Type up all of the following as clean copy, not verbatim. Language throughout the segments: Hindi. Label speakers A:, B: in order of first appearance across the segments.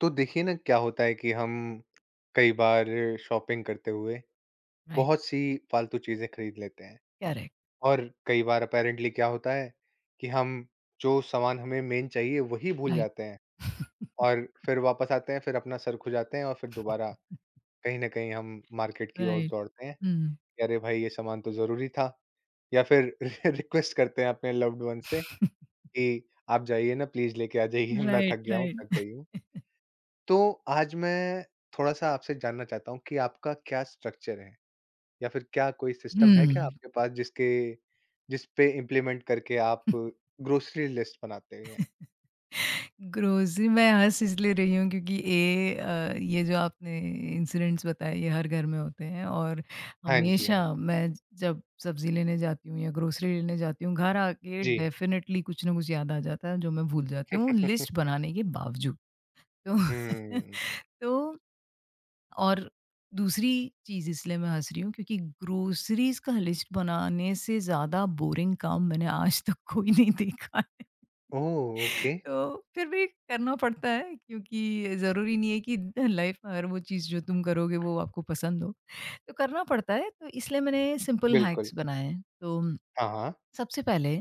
A: तो देखिए ना, क्या होता है कि हम कई बार शॉपिंग करते हुए
B: राइट,
A: बहुत सी फालतू चीजें खरीद लेते हैं।
B: करेक्ट,
A: और कई बार अपेरेंटली क्या होता है कि हम जो सामान हमें मेन चाहिए वही भूल
B: राइट,
A: जाते हैं। और फिर वापस आते हैं, फिर अपना सर खुजाते हैं और फिर दोबारा कहीं ना कहीं हम मार्केट की ओर
B: राइट।
A: दौड़ते हैं
B: हुँ,
A: कि अरे भाई, ये सामान तो जरूरी था। या फिर रिक्वेस्ट करते हैं अपने लव्ड वन से कि आप जाइए ना प्लीज, लेके आ जाइए, मैं थक
B: राइट,
A: गया हूँ, थक
B: राइट।
A: गई हूँ। तो आज मैं थोड़ा-सा आपसे जानना चाहता हूँ कि आपका क्या स्ट्रक्चर है? या फिर क्या कोई सिस्टम है क्या
B: हुँ,
A: आपके पास, जिस पे इम्प्लीमेंट करके आप ग्रोसरी लिस्ट बनाते हैं?
B: ग्रोसरी मैं हँस इसलिए रही हूँ क्योंकि ये जो आपने इंसिडेंट्स बताए ये हर घर में होते हैं, और
A: हाँ जी, हाँ
B: हमेशा
A: जी।
B: मैं जब सब्ज़ी लेने जाती हूँ या ग्रोसरी लेने जाती हूँ, घर आके
A: जी।
B: डेफ़िनेटली कुछ ना कुछ याद आ जाता है जो मैं भूल जाती हूँ, लिस्ट बनाने के बावजूद। तो
A: हुँ।
B: तो और दूसरी चीज़ इसलिए मैं हँस रही हूँ क्योंकि ग्रोसरीज़ का लिस्ट बनाने से ज़्यादा बोरिंग काम मैंने आज तक कोई नहीं देखा है।
A: ओह! ओके।
B: तो फिर भी करना पड़ता है, क्योंकि ज़रूरी नहीं है कि लाइफ में हर वो चीज़ जो तुम करोगे वो आपको पसंद हो। तो करना पड़ता है, तो इसलिए मैंने सिंपल
A: बिल्कुल।
B: हैक्स बनाए हैं। तो
A: हाँ, हाँ।
B: सबसे पहले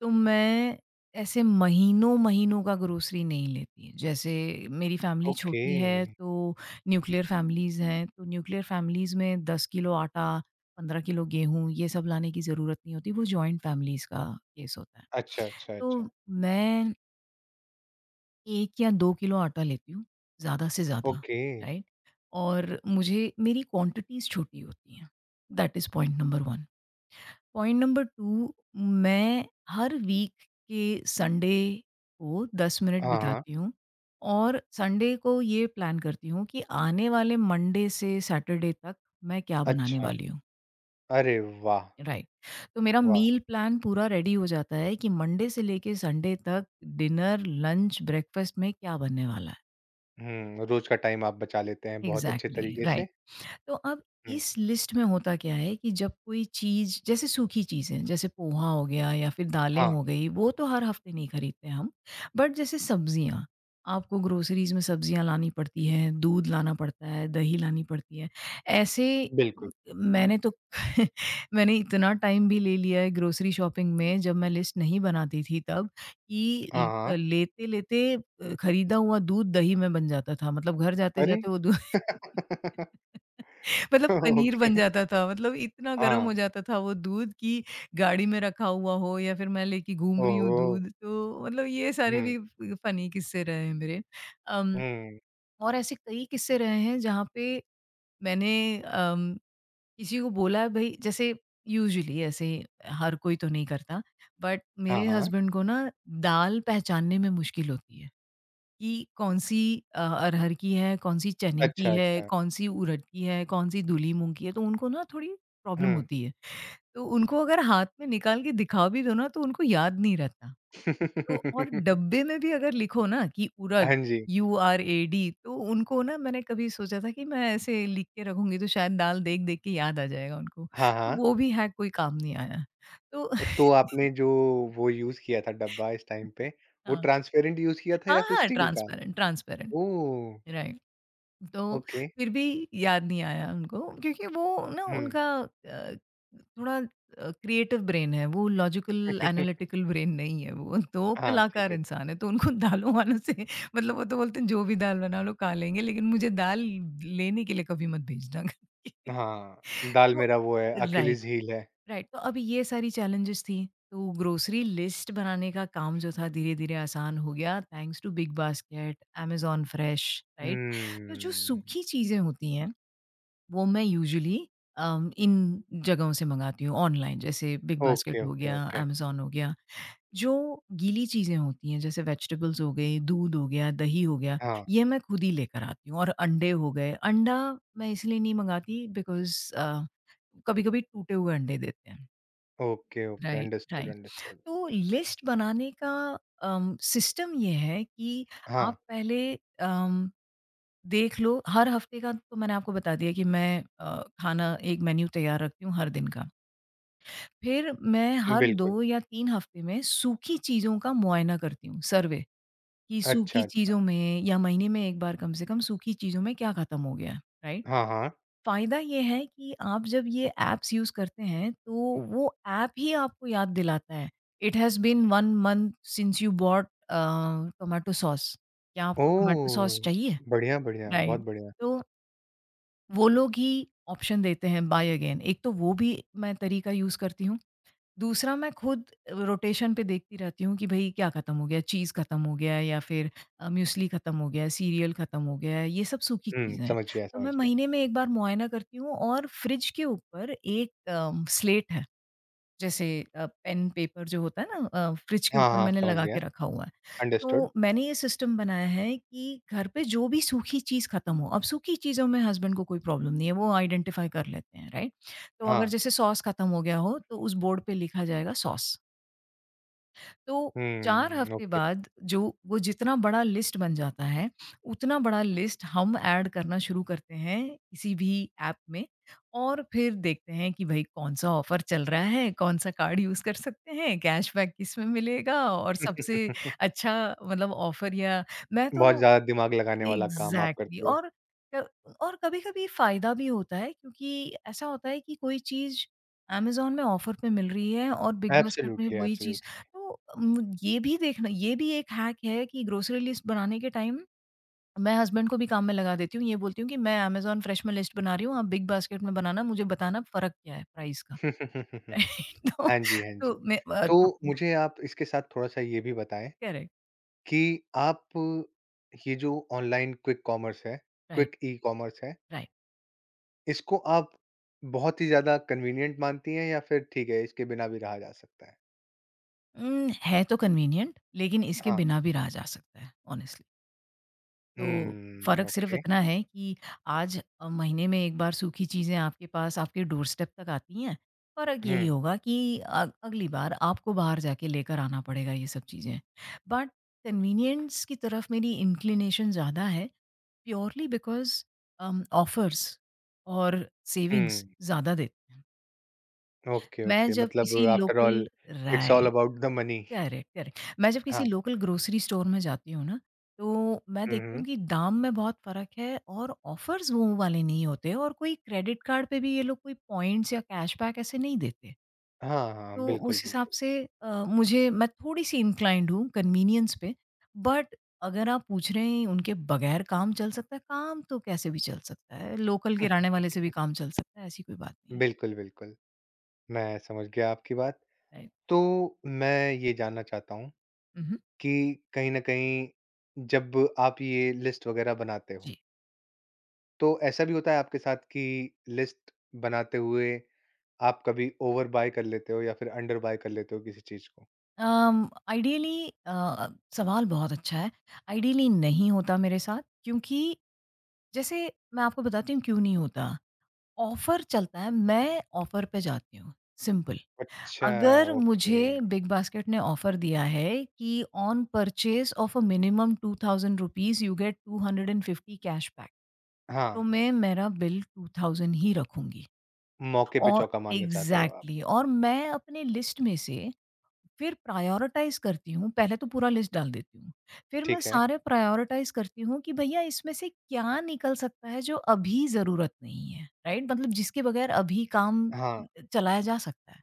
B: तो मैं ऐसे महीनों-महीनों का ग्रोसरी नहीं लेती। जैसे मेरी फैमिली
A: ओके।
B: छोटी है, तो न्यूक्लियर फैमिलीज़ हैं, तो न्यूक्लियर फैमिलीज़ में 10 किलो आटा, 15 किलो गेहूँ ये सब लाने की ज़रूरत नहीं होती, वो जॉइंट फैमिलीज़ का केस होता है।
A: अच्छा, अच्छा, अच्छा।
B: तो मैं 1 या 2 किलो आटा लेती हूँ, ज़्यादा से ज़्यादा,
A: ओके।
B: राइट? और मुझे मेरी क्वांटिटीज़ छोटी होती हैं, that is point number 1। Point number 2, मैं हर वीक के संडे को 10 मिनट हुँ।
A: हाँ, हाँ।
B: बिताती हूँ, और संडे को ये प्लान करती हूँ कि आने वाले मंडे से सैटरडे तक मैं क्या बनाने
A: अच्छा।
B: वाली हूँ,
A: अरे वाह!
B: राइट। तो मेरा
A: वाह!
B: मील प्लान पूरा रेडी हो जाता है कि मंडे से लेके संडे तक डिनर, लंच, ब्रेकफास्ट में क्या बनने वाला
A: हुँ, रोज का टाइम आप बचा लेते हैं
B: है।
A: बहुत अच्छे
B: एग्ज़ैक्टली,
A: तरीके से।
B: राइट। तो अब
A: हुँ।
B: इस लिस्ट में होता क्या है कि जब कोई चीज़ जैसे सूखी चीज़ें जैसे पोहा हो गया या फिर दालें
A: हाँ,
B: हो गई, वो तो हर हफ्ते नहीं खरीदते हम। बट जैसे सब्जियाँ, आपको ग्रोसरीज़ में सब्जियाँ लानी पड़ती हैं, दूध लाना पड़ता है, दही लानी पड़ती है। ऐसे
A: बिल्कुल।
B: म मैंने तो मैंने इतना टाइम भी ले लिया है ग्रोसरी शॉपिंग में, जब मैं लिस्ट नहीं बनाती थी तब,
A: हाँ,
B: कि
A: हाँ।
B: ल लेते-लेते खरीदा हुआ दूध दही में बन जाता था। मतलब घर
A: अरे!
B: जाते-जाते वो दूध मतलब पनीर बन
A: ओके।
B: जाता था, मतलब इतना गरम हो
A: हां।
B: जाता था वो दूध कि गाड़ी में रखा हुआ हो या फिर मैं लेके घूम रही हूँ
A: ओहो!
B: दूध, तो मतलब ये सारे
A: हुँ,
B: भी फ फ़नी किस्से रहे हैं मेरे। अम,
A: हुँ।
B: और ऐसे कई किस्से रहे हैं जहाँ पे मैंने अम, किसी को बोला, भई जैसे यूजुअली ऐसे हर कोई तो नहीं करता, बट
A: हाँ,
B: मेरे
A: हाँ।
B: हस्बैंड को ना दाल पहचानने में मुश्किल होती है। कि कौन-सी अरहर की है, कौन-सी चने
A: अच्छा,
B: की है,
A: अच्छा।
B: कौन-सी उड़द की है, कौन-सी धुली मूँग की है, तो उनको ना थोड़ी प्रॉब्लम
A: हुँ।
B: होती है। तो उनको अगर हाथ में निकाल के दिखा भी दो ना, तो उनको याद नहीं रहता। तो और डब्बे में भी अगर लिखो ना कि उड़द,
A: हाँ जी।
B: यूआरएडी, तो उनको ना, मैंने कभी सोचा था कि मैं ऐसे लिख के रखूँगी तो शायद दाल देख-देख के याद आ जाएगा उनको।
A: हाँ,
B: तो
A: हाँ।
B: वो भी हैक कोई काम नहीं आया। तो
A: और तो आपने जो वो यूज़ किया था डब्बा इस टाइम पे, वो
B: हाँ।
A: ट्रांसपेरेंट यूज़ किया था
B: हाँ,
A: या फिर
B: हाँ,
A: स्टील का?
B: Transparent, transparent,
A: oh!
B: राइट। तो
A: ओके।
B: फिर भी याद नहीं आया उनको क्योंकि वो ना
A: हुँ।
B: उनका अ, थोड़ा क्रिएटिव ब्रेन है, वो लॉजिकल एनालिटिकल ब्रेन नहीं है वो, तो
A: हाँ, ठीक
B: कलाकार
A: है, ठीक।
B: इंसान है, तो उनको दालों-वालों से, मतलब वो तो बोलते हैं जो भी दाल बना लो खा लेंगे, लेकिन मुझे दाल लेने के लिए कभी मत भेजना करके।
A: हाँ, दाल
B: तो
A: मेरा वो है,
B: राइट।
A: अकेलीज़ हील है।
B: राइट, तो अब ये सारी चैलेंजेस थी। तो ग्रोसरी लिस्ट बनाने का काम जो था धीरे धीरे आसान हो गया, thanks to Big Basket, Amazon fresh, right. तो जो
A: हम्म।
B: सूखी चीज़ें होती हैं वो मैं यूजुअली इन जगहों से मंगाती हूँ ऑनलाइन, जैसे बिग बास्केट
A: ओके,
B: हो
A: ओके,
B: गया,
A: ओके।
B: Amazon हो गया। जो गीली चीज़ें होती हैं जैसे वेजिटेबल्स हो गई, दूध हो गया, दही हो गया,
A: हाँ।
B: ये मैं खुद ही लेकर आती हूँ। और अंडे हो गए, अंडा मैं इसलिए नहीं मंगाती बिकॉज कभी कभी टूटे हुए अंडे देते हैं।
A: Okay, okay,
B: right,
A: understood,
B: right.
A: Understood.
B: तो लिस्ट बनाने का सिस्टम ये है कि
A: हाँ,
B: आप पहले अम, देख लो हर हफ्ते का। तो मैंने आपको बता दिया कि मैं खाना एक मेन्यू तैयार रखती हूँ हर दिन का। फिर मैं हर
A: बिल्कुल।
B: दो या तीन हफ्ते में सूखी चीज़ों का मुआयना करती हूँ, सर्वे, कि
A: अच्छा,
B: सूखी
A: अच्छा।
B: चीज़ों में, या महीने में एक बार कम से कम, सूखी चीज़ों में क्या ख़त्म हो गया है, राइट।
A: हाँ, हाँ।
B: फ़ायदा ये है कि आप जब ये ऐप्स यूज़ करते हैं, तो वो ऐप ही आपको याद दिलाता है, "it has been 1 month since you bought a, tomato sauce. क्या आपको टोमेटो सॉस
A: ओह!
B: चाहिए?"
A: बढ़िया, बढ़िया, बहुत
B: राइट,
A: बढ़िया।
B: तो वो लोग ही ऑप्शन देते हैं, "बाय अगेन"। एक तो वो भी मैं तरीका यूज़ करती हूँ। दूसरा, मैं खुद रोटेशन पे देखती रहती हूँ कि भई क्या खत्म हो गया, चीज़ खत्म हो गया, या फिर म्यूस्ली खत्म हो गया, सीरियल खत्म हो गया है, ये सब सूखी
A: हुँ,
B: चीज़ें हैं।
A: समझ गया,
B: तो
A: समझ
B: मैं
A: गया।
B: महीने में 1 बार मुआयना करती हूँ, और फ्रिज के ऊपर एक स्लेट है। जैसे पेन पेपर जो होता है ना, फ्रिज के
A: हाँ,
B: ऊपर
A: हाँ,
B: मैंने
A: समझ
B: लगा
A: गया।
B: के रखा हुआ है।
A: अंडरस्टूड।
B: तो मैंने ये सिस्टम बनाया है कि घर पे जो भी सूखी चीज़ खत्म हो, अब सूखी चीज़ों में हस्बैंड को कोई प्रॉब्लम नहीं है, वो आइडेंटिफ़ाई कर लेते हैं, राइट? तो अगर
A: हाँ।
B: जैसे सॉस खत्म हो गया हो, तो उस बोर्ड पे लिखा जाएगा, सॉस। तो 4
A: हुँ,
B: हफ्ते
A: ओके।
B: बाद जो वो जितना बड़ा लिस्ट बन जाता है, उतना बड़ा लिस्ट हम ऐड करना शुरू करते हैं किसी भी ऐप में, और फिर देखते हैं कि भई कौन-सा ऑफ़र चल रहा है, कौन-सा कार्ड यूज़ कर सकते हैं, कैशबैक किसमें मिलेगा, और सबसे अच्छा, मतलब ऑफ़र, या मैं तो
A: बहुत ज़्यादा दिमाग लगाने वाला काम आप
B: एग्ज़ैक्टली,
A: करते हो।
B: और क और कभी-कभी फ़ायदा भी होता है, क्योंकि ऐसा होता है कि कोई चीज़ अमेज़न में ऑफ़र पे मिल रही है और बिग बास्केट में
A: एब्सोल्यूटली,
B: वही चीज़।
A: एब्सोल्यूटली।
B: तो उम, ये भी देखना, ये भी एक हैक है कि ग्रोसरी लिस्ट बनाने के टाइम मैं हस्बैंड को भी काम में लगा देती हूँ। ये बोलती हूँ कि मैं अमेज़न फ्रेश में लिस्ट बना रही हूँ, आप बिग बास्केट में बनाना, मुझे बताना फ़र्क क्या है प्राइस का। राइट। तो
A: हाँ जी, हाँ जी।
B: मैं तो
A: तो मुझे आप इसके साथ थोड़ा-सा ये भी बताएँ
B: करेक्ट,
A: कि आप ये जो ऑनलाइन क्विक कॉमर्स है,
B: राइट,
A: क्विक ई-कॉमर्स है,
B: राइट।
A: इसको आप बहुत ही ज़्यादा कन्वीनिएंट मानती हैं या फिर ठीक है, इसके बिना भी रहा जा सकता है?
B: है तो कन्वीनिएंट, लेकिन इसके
A: हाँ।
B: बिना भी रहा जा सकता है, ऑनेस्टली। तो
A: हुँ,
B: फ़र्क सिर्फ़
A: ओके।
B: इतना है कि आज महीने में एक बार सूखी चीज़ें आपके पास आपके डोरस्टेप तक आती हैं। फ़र्क यही
A: हुँ,
B: होगा कि अगली बार आपको बाहर जाके लेकर आना पड़ेगा ये सब चीज़ें। बट कन्वीनियंस की तरफ मेरी इंक्लिनेशन ज़्यादा है, प्योरली बिकॉज़ ऑफ़र्स और सेविंग्स
A: हुँ।
B: ज़्यादा देते हैं।
A: ओके,
B: मैं
A: ओके,
B: जब
A: मतलब
B: किसी
A: after all
B: local,
A: it's all
B: right.
A: About the money.
B: Correct, correct. मैं जब किसी
A: हाँ।
B: लोकल ग्रोसरी स्टोर में जाती हूँ ना, तो मैं
A: हुँ,
B: देखती
A: हुँ।
B: हूँ कि दाम में बहुत फ़र्क है, और ऑफ़र्स वो वाले नहीं होते, और कोई क्रेडिट कार्ड पे भी ये लोग कोई पॉइंट्स या कैशबैक ऐसे नहीं देते।
A: हाँ, हाँ,
B: तो
A: बिल्कुल,
B: उस हिसाब
A: बिल्कुल।
B: से मुझे मैं थोड़ी-सी इंक्लाइंड हूँ कन्वीनियंस पे, बट अगर आप पूछ रहे हैं उनके बगैर काम चल सकता है, काम तो कैसे भी चल सकता है। लोकल किराने वाले से भी काम चल सकता है, ऐसी कोई बात नहीं है।
A: बिल्कुल, बिल्कुल। मैं समझ गया आपकी बात।
B: राइट।
A: तो मैं ये जानना चाहता हूँ
B: हुँ, हुँ।
A: कि कहीं न कहीं जब आप ये लिस्ट वग़ैरह बनाते हो,
B: जी।
A: तो ऐसा भी होता है आपके साथ कि लिस्ट बनाते हुए आप कभी ओवर बाय कर लेते हो या फिर अंडर बाय कर लेते हो किसी चीज़ को?
B: आइडियली, सवाल बहुत अच्छा है। आइडियली नहीं होता मेरे साथ, क्योंकि जैसे मैं आपको बताती हूँ क्यों नहीं होता। ऑफ़र चलता है, मैं ऑफ़र पे जाती हूँ, सिंपल।
A: अच्छा,
B: अगर
A: ओके।
B: मुझे बिग बास्केट ने ऑफ़र दिया है कि on purchase of a minimum two thousand rupees you get 250 cash back. तो
A: हाँ।
B: मैं मेरा बिल 2000 ही रखूँगी,
A: मौके पे
B: और
A: चौका मारना चाहते हो आप,
B: एग्ज़ैक्टली, और मैं अपने लिस्ट में से फिर प्रायोरिटाइज़ करती हूँ, पहले तो पूरा लिस्ट डाल देती हूँ। फिर मैं
A: ठीक है।
B: सारे प्रायोरिटाइज़ करती हूँ कि भैया इसमें से क्या निकल सकता है जो अभी ज़रूरत नहीं है, राइट? मतलब जिसके बगैर अभी काम
A: हाँ,
B: चलाया जा सकता है।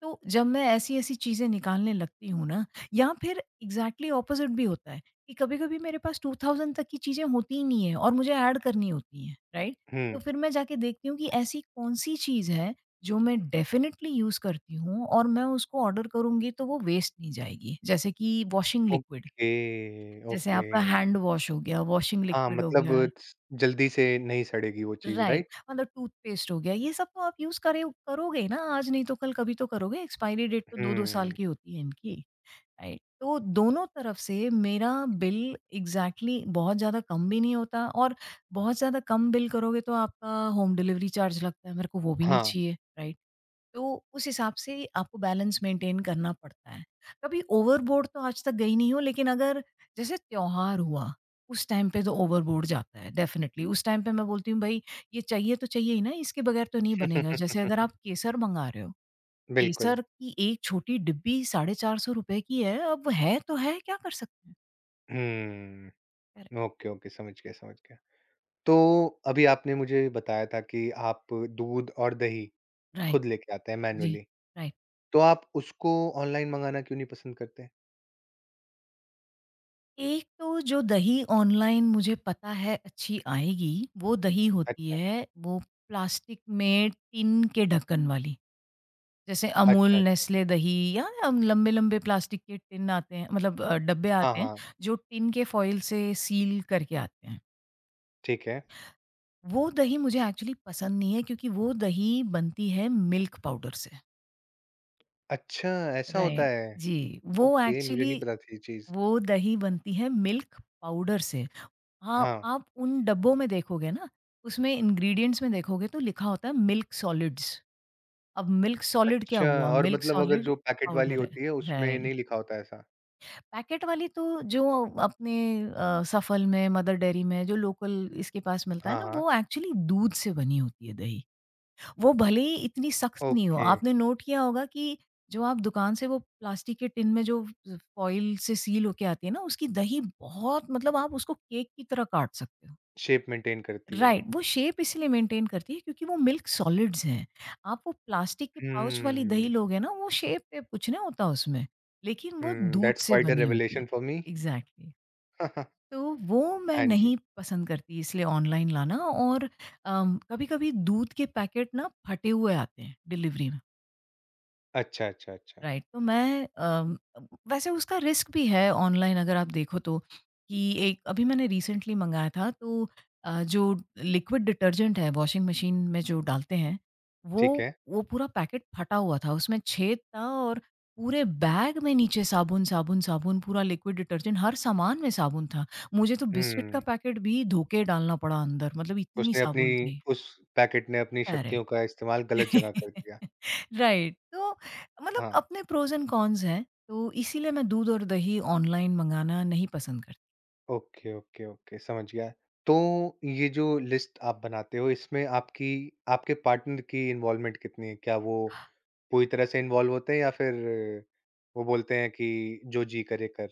B: तो जब मैं ऐसी-ऐसी चीज़ें निकालने लगती हूँ ना, या फिर एग्ज़ैक्टली ऑपोज़िट भी होता है कि कभी-कभी मेरे पास 2000 तक की चीज़ें होती ही नहीं है और मुझे ऐड करनी होती हैं, राइट? तो
A: हुँ,
B: फिर मैं जाके देखती हूँ कि ऐसी कौन-सी चीज़ है जो मैं डेफ़िनिटली यूज़ करती हूँ और मैं उसको ऑर्डर करूँगी तो वो वेस्ट नहीं जाएगी। जैसे कि वॉशिंग लिक्विड,
A: ओके,
B: जैसे
A: ओके।
B: आपका हैंड वॉश हो गया, वॉशिंग
A: हाँ,
B: लिक्विड हो
A: मतलब
B: गया,
A: स जल्दी से नहीं सड़ेगी वो चीज़,
B: राइट।
A: राइट?
B: मतलब टूथपेस्ट हो गया, ये सब तो आप यूज़ करे करोगे ही ना, आज नहीं तो कल कभी तो करोगे, एक्सपायरी डेट तो 2-2 साल
A: हुँ,
B: की होती है इनकी। राइट, तो दोनों तरफ से मेरा बिल एग्जैक्टली exactly बहुत ज़्यादा कम भी नहीं होता, और बहुत ज़्यादा कम बिल करोगे तो आपका होम डिलीवरी चार्ज लगता है, मेरे को वो भी नहीं
A: हाँ।
B: चाहिए। राइट, तो उस हिसाब से आपको बैलेंस मेंटेन करना पड़ता है। कभी ओवरबोर्ड तो आज तक गई नहीं हो, लेकिन अगर जैसे त्यौहार हुआ उस टाइम पे तो ओवरबोर्ड जाता है डेफिनेटली। उस टाइम पे मैं बोलती हूँ, भाई ये चाहिए तो चाहिए ही ना, इसके बगैर तो नहीं बनेगा। जैसे अगर आप केसर मंगा रहे हो,
A: बिल्कुल,
B: केसर की एक छोटी डिब्बी ₹450 की है, अब है तो है, क्या कर सकते हैं?
A: हुँ,
B: करेक्ट।
A: ओके, ओके, समझ गया, समझ गया। तो अभी आपने मुझे बताया था कि आप दूध और दही
B: राइट,
A: खुद लेके आते हैं
B: जी,
A: मैनुअली,
B: राइट।
A: तो आप उसको ऑनलाइन मँगाना क्यों नहीं पसंद करते?
B: एक तो जो दही ऑनलाइन मुझे पता है अच्छी आएगी, वो दही होती
A: अच्छा,
B: है, वो प्लास्टिक में टिन के ढक्कन वाली। जैसे अमूल,
A: अच्छा, अच्छा।
B: नेस्ले दही या लंबे-लंबे प्लास्टिक के टिन आते हैं, मतलब डब्बे
A: हाँ,
B: आते हैं,
A: हाँ,
B: जो टिन के फॉइल से सील करके आते हैं।
A: ठीक है।
B: वो दही मुझे एक्चुअली पसंद नहीं है, क्योंकि वो दही बनती है मिल्क पाउडर से।
A: अच्छा, ऐसा होता
B: राइट।
A: है?
B: जी, वो
A: ओके, मुझे नहीं
B: एक्चुअली
A: पता थी ये चीज़।
B: वो दही बनती है मिल्क पाउडर से। हाँ,
A: हाँ,
B: आप उन डब्बों में देखोगे ना, उसमें इंग्रीडिएंट्स में देखोगे तो लिखा होता है मिल्क सॉलिड्स। अब मिल्क सॉलिड क्या
A: अच्छा,
B: हुआ?
A: और
B: मिल्क
A: मतलब अगर
B: सॉलिड
A: जो पैकेट वाली
B: पाउडर है।
A: होती है उसमें
B: राइट।
A: नहीं लिखा होता ऐसा?
B: पैकेट वाली तो जो अपने सफल में, मदर डेयरी में जो लोकल इसके पास मिलता है
A: हाँ,
B: ना,
A: हाँ,
B: वो एक्चुअली दूध से बनी होती है दही। वो भले ही इतनी सख्त नहीं हो,
A: ओके,
B: आपने नोट किया होगा कि जो आप दुकान से वो प्लास्टिक के टिन में जो फ़ फ़ॉइल से सील होके आती है ना, उसकी दही बहुत, मतलब आप उसको केक की तरह काट सकते हो।
A: शेप मेंटेन करती है
B: राइट,
A: वो।
B: वो शेप इसलिए मेंटेन करती है क्योंकि वो मिल्क सॉलिड्स हैं। आप वो प्लास्टिक के पाउच वाली दही
A: हुँ,
B: लोगे ना, वो शेप-वेप कुछ नहीं होता उसमें, लेकिन वो
A: हुँ,
B: दूध
A: दैट्स
B: से
A: क्वाइट अ
B: बनी होती है।
A: Revelation for me.
B: एग्ज़ैक्टली। तो वो मैं
A: हाँ जी,
B: नहीं पसंद करती इसलिए ऑनलाइन लाना। और कभी-कभी दूध के पैकेट ना फटे हुए आते हैं डिलीवरी में।
A: अच्छा, अच्छा, अच्छा,
B: राइट, तो मैं वैसे उसका रिस्क भी है ऑनलाइन अगर आप देखो तो, कि एक अभी मैंने रिसेंटली मंगाया था, तो जो लिक्विड डिटर्जेंट है वॉशिंग मशीन में जो डालते हैं,
A: ठीक
B: वो
A: है।
B: वो पूरा पैकेट फटा हुआ था, उसमें छेद था, और पूरे बैग में नीचे साबुन साबुन साबुन, पूरा लिक्विड डिटर्जेंट, हर सामान में साबुन था। मुझे तो बिस्किट का
A: हुँ,
B: पैकेट भी धो के डालना पड़ा अंदर, मतलब इतनी
A: उसने अपनी
B: साबुन थी।
A: उस पैकेट ने अपनी
B: अरे
A: शक्तियों का इस्तेमाल गलत जगह कर दिया।
B: राइट, तो मतलब
A: हाँ,
B: अपने प्रोज एंड कॉन्स हैं, तो इसीलिए मैं दूध और दही ऑनलाइन मंगाना नहीं पसंद करती।
A: ओके, ओके, ओके, समझ गया। तो ये जो लिस्ट आप बनाते हो इसमें आपकी आपके पार्टनर की इन्वॉल्वमेंट कितनी है? क्या वो पूरी तरह से इन्वॉल्व होते हैं या फिर वो बोलते हैं कि जो जी करे कर?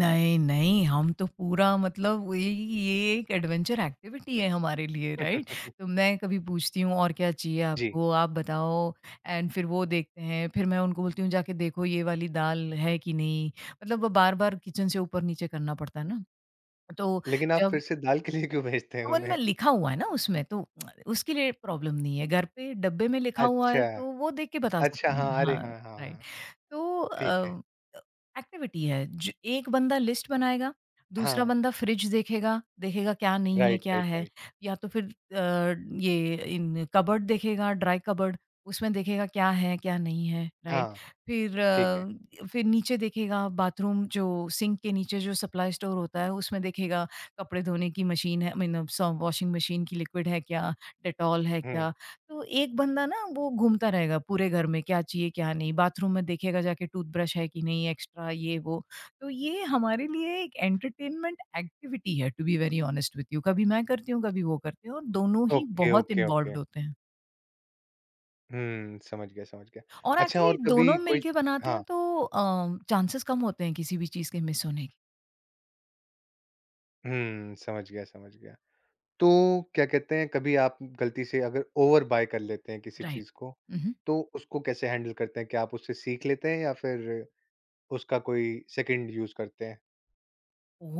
B: नहीं नहीं, हम तो पूरा, मतलब वो ये एक एडवेंचर एक्टिविटी है हमारे लिए, राइट। तो मैं कभी पूछती हूँ, और क्या चाहिए
A: जी,
B: आपको, आप बताओ। एंड फिर वो देखते हैं, फिर मैं उनको बोलती हूँ जाके देखो ये वाली दाल है कि नहीं। मतलब वो बार बार किचन से ऊपर नीचे करना पड़ता है ना। तो
A: लेकिन आप
B: जब
A: फिर से दाल के लिए क्यों भेजते हैं
B: अमन
A: उन्हें?
B: में लिखा हुआ है ना उसमें, तो उसके लिए प्रॉब्लम नहीं है। घर पे डब्बे में लिखा हुआ है
A: अच्छा,
B: तो वो देख के बता
A: अच्छा
B: सकते हैं।
A: हाँ, अरे
B: हाँ,
A: हाँ, हाँ,
B: राइट,
A: हाँ,
B: तो
A: ठीक है।
B: एक्टिविटी है, ज एक बंदा लिस्ट बनाएगा, दूसरा
A: हाँ,
B: बंदा फ्रिज देखेगा, देखेगा क्या नहीं है,
A: राइट,
B: क्या
A: राइट,
B: है?
A: राइट।
B: या तो फिर अ, ये इन कबर्ड देखेगा, ड्राई कबर्ड, उसमें देखेगा क्या है, क्या नहीं है, राइट?
A: हाँ,
B: फिर
A: ठीक है।
B: फिर नीचे देखेगा, बाथरूम जो सिंक के नीचे जो सप्लाई स्टोर होता है, उसमें देखेगा, कपड़े धोने की मशीन है, आई मीन स वॉशिंग मशीन की लिक्विड है क्या? डेटॉल है
A: हुँ,
B: क्या? तो एक बंदा ना वो घूमता रहेगा पूरे घर में, क्या चाहिए क्या नहीं, बाथरूम में देखेगा जाके टूथब्रश है कि नहीं एक्स्ट्रा, ये वो। तो ये हमारे लिए एक एंटरटेनमेंट एक्टिविटी है, to be very honest with you, कभी मैं करती हूँ, कभी वो करते हैं, और दोनों ही
A: ओके,
B: बहुत
A: ओके, ओके।
B: इन्वॉल्व्ड होते हैं।
A: हुँ, समझ गया, समझ गया।
B: और
A: अच्छा,
B: एक्चुअली
A: और कभी
B: दोनों
A: कोई,
B: मिलके बनाते हैं,
A: हाँ,
B: तो चांसेस कम होते हैं किसी भी चीज़ के मिस होने के।
A: हुँ, समझ गया, समझ गया। तो क्या कहते हैं, कभी आप गलती से अगर ओवर बाय कर लेते हैं किसी
B: राइट।
A: चीज़ को,
B: हुँ, हुँ।
A: तो उसको कैसे हैंडल करते हैं? क्या आप उससे सीख लेते हैं या फिर उसका कोई सेकंड यूज़ करते हैं?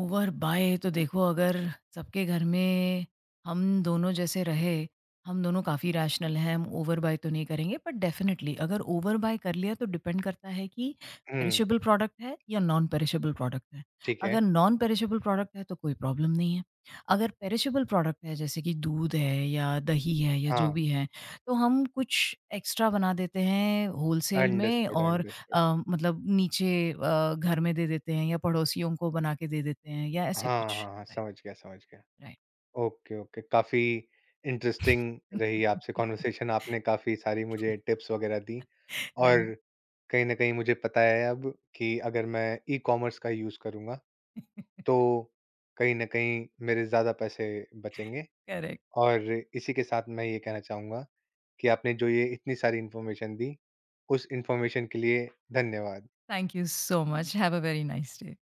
B: ओवर बाय तो देखो, अगर सबके घर में, हम दोनों जैसे रहे, हम दोनों काफ़ी रैशनल हैं, हम ओवर बाय तो नहीं करेंगे, बट डेफ़िनिटली अगर ओवर बाय कर लिया तो डिपेंड करता है कि
A: हुँ,
B: पेरिशेबल प्रोडक्ट है या नॉन पेरिशेबल प्रोडक्ट है।
A: ठीक है।
B: अगर नॉन पेरिशेबल प्रोडक्ट है तो कोई प्रॉब्लम नहीं है। अगर पेरिशेबल प्रोडक्ट है, जैसे कि दूध है या दही है या जो
A: हाँ,
B: भी है, तो हम कुछ एक्स्ट्रा बना देते हैं होलसेल में,
A: अंडरस्टूड,
B: और
A: अंडरस्टूड।
B: मतलब नीचे घर में दे देते हैं या पड़ोसियों को बना के दे देते हैं या ऐसे
A: हाँ, हाँ,
B: कुछ।
A: हाँ,
B: राइट,
A: समझ गया, समझ गया।
B: राइट।
A: Okay, okay. काफ़ी इंटरेस्टिंग रही आपसे कन्वर्सेशन, आपने काफ़ी सारी मुझे टिप्स वगैरह दी,
B: राइट।
A: और कहीं न कहीं मुझे पता है अब कि अगर मैं ई-कॉमर्स का यूज़ करूँगा, तो कहीं न कहीं मेरे ज़्यादा पैसे बचेंगे।
B: करेक्ट।
A: और इसी के साथ मैं ये कहना चाहूँगा कि आपने जो ये इतनी सारी इन्फॉर्मेशन दी, उस इन्फॉर्मेशन के लिए धन्यवाद।
B: Thank you so much. Have a very nice day.